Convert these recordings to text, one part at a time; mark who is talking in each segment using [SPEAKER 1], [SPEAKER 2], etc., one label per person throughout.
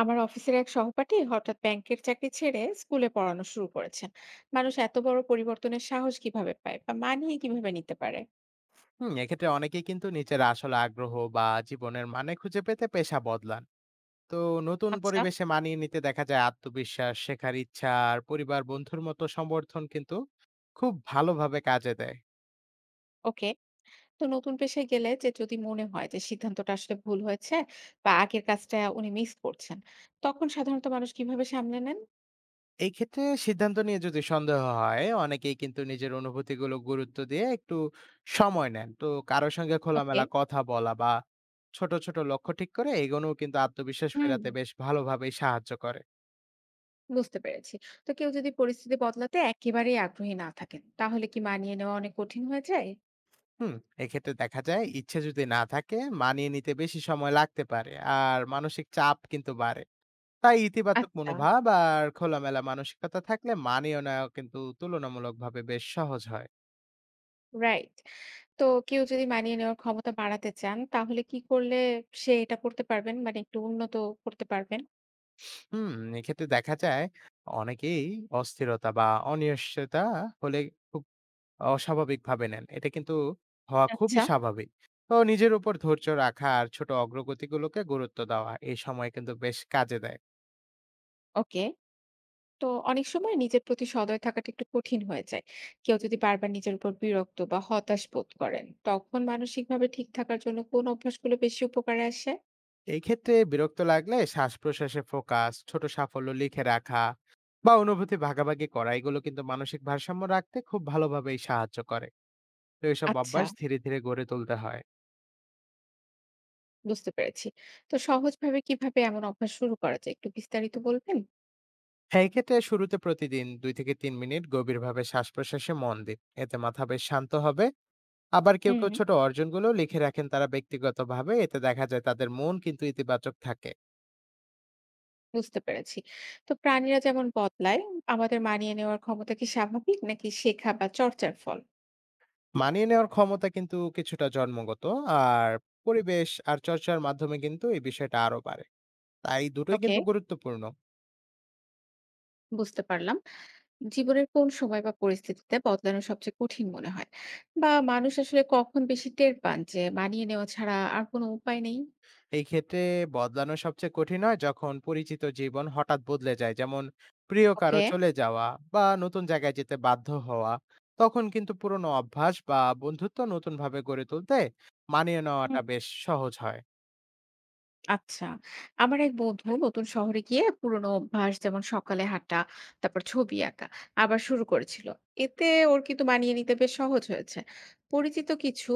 [SPEAKER 1] আমার অফিসের এক সহপাঠী হঠাৎ ব্যাংকের চাকরি ছেড়ে স্কুলে পড়ানো শুরু করেছেন। মানুষ এত বড় পরিবর্তনের সাহস কিভাবে পায় বা মানিয়ে কিভাবে নিতে পারে?
[SPEAKER 2] হুম, এক্ষেত্রে অনেকেই কিন্তু নিজের আসল আগ্রহ বা জীবনের মানে খুঁজে পেতে পেশা বদলান। তো নতুন
[SPEAKER 1] আচ্ছা।
[SPEAKER 2] পরিবেশে মানিয়ে নিতে দেখা যায় আত্মবিশ্বাস, শেখার ইচ্ছা আর পরিবার বন্ধুর মতো সমর্থন কিন্তু খুব ভালোভাবে কাজে দেয়।
[SPEAKER 1] ওকে। তো নতুন পেশায় গেলে যে যদি মনে হয় যে সিদ্ধান্তটা আসলে ভুল হয়েছে বা আগের কাজটা উনি মিস করছেন, তখন সাধারণত মানুষ কিভাবে সামলে নেন?
[SPEAKER 2] এই ক্ষেত্রে সিদ্ধান্ত নিয়ে যদি সন্দেহ হয়, অনেকেই কিন্তু নিজের অনুভূতিগুলো গুরুত্ব দিয়ে একটু সময় নেন। তো কারোর সঙ্গে
[SPEAKER 1] ওকে।
[SPEAKER 2] খোলামেলা কথা বলা বা ছোট ছোট লক্ষ্য ঠিক করে এগোনো কিন্তু আত্মবিশ্বাস
[SPEAKER 1] হুম।
[SPEAKER 2] ফেরাতে বেশ ভালোভাবেই সাহায্য করে।
[SPEAKER 1] বুঝতে পেরেছি। তো কেউ যদি পরিস্থিতি বদলাতে একেবারেই আগ্রহী না থাকেন, তাহলে কি মানিয়ে নেওয়া অনেক কঠিন হয়ে যায়?
[SPEAKER 2] হুম, এক্ষেত্রে দেখা যায় ইচ্ছে যদি না থাকে, মানিয়ে নিতে বেশি সময় লাগতে পারে আর মানসিক চাপ কিন্তু বাড়ে। তাই ইতিবাচক
[SPEAKER 1] আচ্ছা।
[SPEAKER 2] মনোভাব আর খোলামেলা মানসিকতা থাকলে মানিয়ে নেওয়া কিন্তু তুলনামূলকভাবে বেশ সহজ হয়।
[SPEAKER 1] রাইট। তো কেউ যদি মানিয়ে নেওয়ার ক্ষমতা বাড়াতে চান, তাহলে কি করলে সে এটা করতে পারবেন? মানে একটু উন্নত করতে পারবেন?
[SPEAKER 2] হুম, এক্ষেত্রে দেখা যায় অনেকেই অস্থিরতা বা অনিশ্চয়তা হলে খুব অস্বাভাবিকভাবে নেন, এটা কিন্তু হওয়া খুবই
[SPEAKER 1] আচ্ছা।
[SPEAKER 2] স্বাভাবিক। তো নিজের উপর ধৈর্য রাখা আর ছোট অগ্রগতিগুলোকে গুরুত্ব দেওয়া এই সময় কিন্তু বেশ কাজে দেয়।
[SPEAKER 1] ওকে। তো অনেক সময় নিজের প্রতি সদয় থাকাটা একটু কঠিন হয়ে যায়। কেউ যদি বারবার নিজের উপর বিরক্ত বা হতাশ বোধ করেন, তখন মানসিকভাবে ঠিক থাকার জন্য কোন অভ্যাসগুলো বেশি উপকারে আসে?
[SPEAKER 2] এই ক্ষেত্রে বিরক্ত লাগলে শ্বাস প্রশ্বাসে ফোকাস, ছোট সাফল্য লিখে রাখা বা অনুভূতি ভাগাভাগি করা, এগুলো কিন্তু মানসিক ভারসাম্য রাখতে খুব ভালোভাবেই সাহায্য করে। তো এসব
[SPEAKER 1] আচ্ছা।
[SPEAKER 2] অভ্যাস ধীরে ধীরে গড়ে তুলতে হয়।
[SPEAKER 1] বুঝতে পেরেছি। তো সহজভাবে কিভাবে এমন অভ্যাস শুরু করা যায়? একটু বিস্তারিত বলবেন?
[SPEAKER 2] হ্যাঁ, এক্ষেত্রে শুরুতে প্রতিদিন দুই থেকে তিন মিনিট গভীরভাবে শ্বাস প্রশ্বাসে মন দিন। এতে মাথা বেশ শান্ত হবে। আবার কেউ কেউ
[SPEAKER 1] হুম।
[SPEAKER 2] ছোট অর্জনগুলো লিখে রাখেন, তারা ব্যক্তিগতভাবে এতে দেখা যায় তাদের মন কিন্তু ইতিবাচক থাকে।
[SPEAKER 1] বুঝতে পেরেছি। তো প্রাণীরা যেমন বদলায়, আমাদের মানিয়ে নেওয়ার ক্ষমতা কি স্বাভাবিক নাকি শেখা বা চর্চার ফল?
[SPEAKER 2] মানিয়ে নেওয়ার ক্ষমতা কিন্তু কিছুটা জন্মগত আর পরিবেশ আর চর্চার মাধ্যমে কিন্তু এই বিষয়টা আরো বাড়ে। তাই দুটোই
[SPEAKER 1] ওকে,
[SPEAKER 2] কিন্তু গুরুত্বপূর্ণ।
[SPEAKER 1] বুঝতে পারলাম। জীবনের কোন সময় বা পরিস্থিতিতে বদলানো সবচেয়ে কঠিন মনে হয়? বা মানুষ আসলে কখন বেশি টের পান যে মানিয়ে নেওয়া ছাড়া আর কোনো উপায় নেই?
[SPEAKER 2] এই ক্ষেত্রে বদলানো সবচেয়ে কঠিন হয় যখন পরিচিত জীবন হঠাৎ বদলে যায়। যেমন প্রিয় কারো
[SPEAKER 1] ওকে।
[SPEAKER 2] চলে যাওয়া বা নতুন জায়গায় যেতে বাধ্য হওয়া। তখন কিন্তু পুরনো অভ্যাস বা বন্ধুত্ব নতুনভাবে গড়ে তুলতে মানিয়ে নেওয়াটা বেশ সহজ হয়।
[SPEAKER 1] আচ্ছা। আমার এক বন্ধু নতুন শহরে গিয়ে পুরোনো অভ্যাস, যেমন সকালে হাঁটা, তারপর ছবি আঁকা আবার শুরু করেছিল। এতে ওর কিন্তু মানিয়ে নিতে বেশ সহজ হয়েছে। পরিচিত কিছু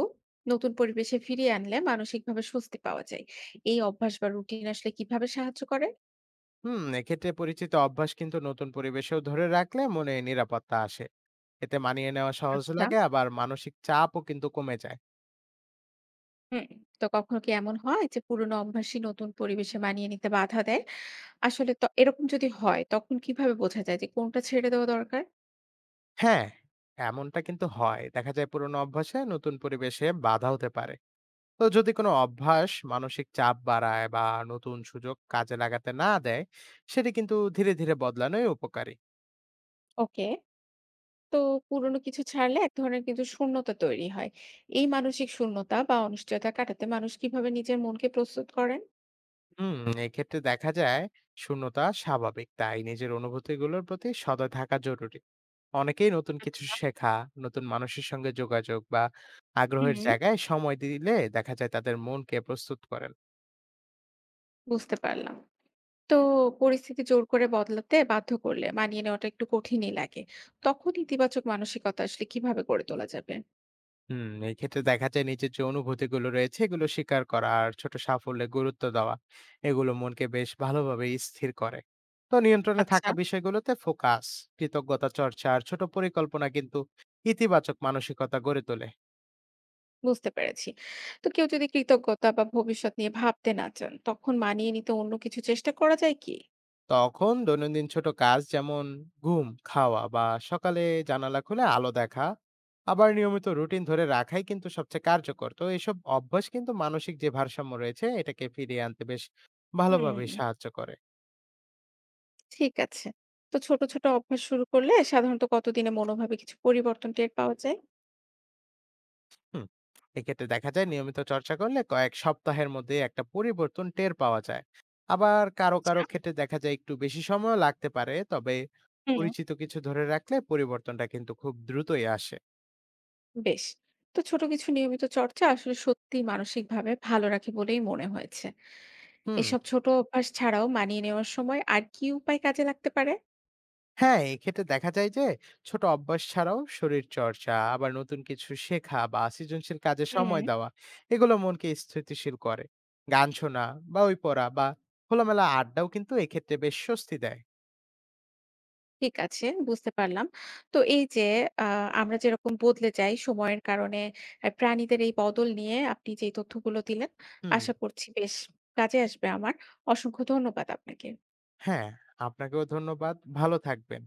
[SPEAKER 1] নতুন পরিবেশে ফিরিয়ে আনলে মানসিকভাবে স্বস্তি পাওয়া যায়। এই অভ্যাস বা রুটিন আসলে কিভাবে সাহায্য করে?
[SPEAKER 2] হুম, এক্ষেত্রে পরিচিত অভ্যাস কিন্তু নতুন পরিবেশেও ধরে রাখলে মনে নিরাপত্তা আসে। এতে মানিয়ে নেওয়া সহজ
[SPEAKER 1] আচ্ছা।
[SPEAKER 2] লাগে আবার মানসিক চাপও কিন্তু কমে যায়।
[SPEAKER 1] হুম। তো কখনো কি এমন হয় যে পুরোনো অভ্যাসই নতুন পরিবেশে মানিয়ে নিতে বাধা দেয়? আসলে ত এরকম যদি হয়, তখন কিভাবে বোঝা যায় যে কোনটা ছেড়ে দেওয়া দরকার?
[SPEAKER 2] হ্যাঁ, এমনটা কিন্তু হয়। দেখা যায় পুরনো অভ্যাসে নতুন পরিবেশে বাধা হতে পারে। তো যদি কোনো অভ্যাস মানসিক চাপ বাড়ায় বা নতুন সুযোগ কাজে লাগাতে না দেয়, সেটি কিন্তু ধীরে ধীরে বদলানোই উপকারী।
[SPEAKER 1] ওকে। তো পুরোনো কিছু ছাড়লে এক ধরনের কিন্তু শূন্যতা তৈরি হয়। এই মানসিক শূন্যতা বা অনিশ্চয়তা কাটাতে মানুষ কিভাবে নিজের মনকে প্রস্তুত করেন?
[SPEAKER 2] হুম, এক্ষেত্রে দেখা যায় শূন্যতা স্বাভাবিক, তাই নিজের অনুভূতিগুলোর প্রতি সদয় থাকা জরুরি। অনেকেই নতুন কিছু
[SPEAKER 1] আচ্ছা।
[SPEAKER 2] শেখা, নতুন মানুষের সঙ্গে যোগাযোগ বা আগ্রহের
[SPEAKER 1] হুম,
[SPEAKER 2] জায়গায় সময় দিলে দেখা যায় তাদের মনকে প্রস্তুত করেন।
[SPEAKER 1] বুঝতে পারলাম। তো পরিস্থিতি জোর করে বদলাতে বাধ্য করলে মানিয়ে নেওয়াটা একটু কঠিনই লাগে। তখন ইতিবাচক মানসিকতা আসলে কিভাবে গড়ে তোলা যাবে?
[SPEAKER 2] হুম, এই ক্ষেত্রে দেখা যায় নিজের যে অনুভূতিগুলো রয়েছে এগুলো স্বীকার করা আর ছোট সাফল্যে গুরুত্ব দেওয়া, এগুলো মনকে বেশ ভালোভাবে স্থির করে। তো নিয়ন্ত্রণে
[SPEAKER 1] আচ্ছা।
[SPEAKER 2] থাকা বিষয়গুলোতে ফোকাস, কৃতজ্ঞতা চর্চা আর ছোট পরিকল্পনা কিন্তু ইতিবাচক মানসিকতা গড়ে তোলে।
[SPEAKER 1] বুঝতে পেরেছি। তো কেউ যদি কৃতজ্ঞতা বা ভবিষ্যৎ নিয়ে ভাবতে না চান, তখন মানিয়ে নিতে অন্য কিছু চেষ্টা করা যায় কি?
[SPEAKER 2] তখন দৈনন্দিন ছোট কাজ যেমন ঘুম, খাওয়া বা সকালে জানালা খুলে আলো দেখা, আবার নিয়মিত রুটিন ধরে রাখাই কিন্তু সবচেয়ে কার্যকর। তো এসব অভ্যাস কিন্তু মানসিক যে ভারসাম্য রয়েছে এটাকে ফিরিয়ে আনতে বেশ ভালোভাবে
[SPEAKER 1] হুম।
[SPEAKER 2] সাহায্য করে।
[SPEAKER 1] ঠিক আছে। তো ছোট, ছোট অভ্যাস শুরু করলে সাধারণত কতদিনে মনোভাবে কিছু পরিবর্তন টের পাওয়া যায়?
[SPEAKER 2] হুম, এক্ষেত্রে দেখা যায় নিয়মিত চর্চা করলে কয়েক সপ্তাহের মধ্যে একটা পরিবর্তন টের পাওয়া যায়। আবার কারো কারো
[SPEAKER 1] আচ্ছা।
[SPEAKER 2] ক্ষেত্রে দেখা যায় একটু বেশি সময় লাগতে পারে, তবে
[SPEAKER 1] হুম।
[SPEAKER 2] পরিচিত কিছু ধরে রাখলে পরিবর্তনটা কিন্তু খুব দ্রুতই আসে।
[SPEAKER 1] বেশ। তো ছোট কিছু নিয়মিত চর্চা আসলে সত্যিই মানসিকভাবে ভালো রাখে বলেই মনে হয়েছে।
[SPEAKER 2] হুম।
[SPEAKER 1] এসব ছোট অভ্যাস ছাড়াও মানিয়ে নেওয়ার সময় আর কি উপায় কাজে লাগতে পারে?
[SPEAKER 2] হ্যাঁ, এক্ষেত্রে দেখা যায় যে ছোট অভ্যাস ছাড়াও শরীর চর্চা, আবার নতুন কিছু শেখা বা সৃজনশীল কাজে
[SPEAKER 1] হুম।
[SPEAKER 2] সময় দেওয়া, এগুলো মনকে স্থিতিশীল করে। গান শোনা বা ওই পড়া বা খোলামেলা আড্ডাও কিন্তু এক্ষেত্রে বেশ স্বস্তি দেয়।
[SPEAKER 1] ঠিক আছে, বুঝতে পারলাম। তো এই যে আ আমরা যেরকম বদলে যাই সময়ের কারণে, প্রাণীদের এই বদল নিয়ে আপনি যে তথ্যগুলো দিলেন,
[SPEAKER 2] হুম।
[SPEAKER 1] আশা করছি বেশ কাজে আসবে আমার। অসংখ্য ধন্যবাদ আপনাকে।
[SPEAKER 2] হ্যাঁ, আপনাকেও ধন্যবাদ। ভালো থাকবেন।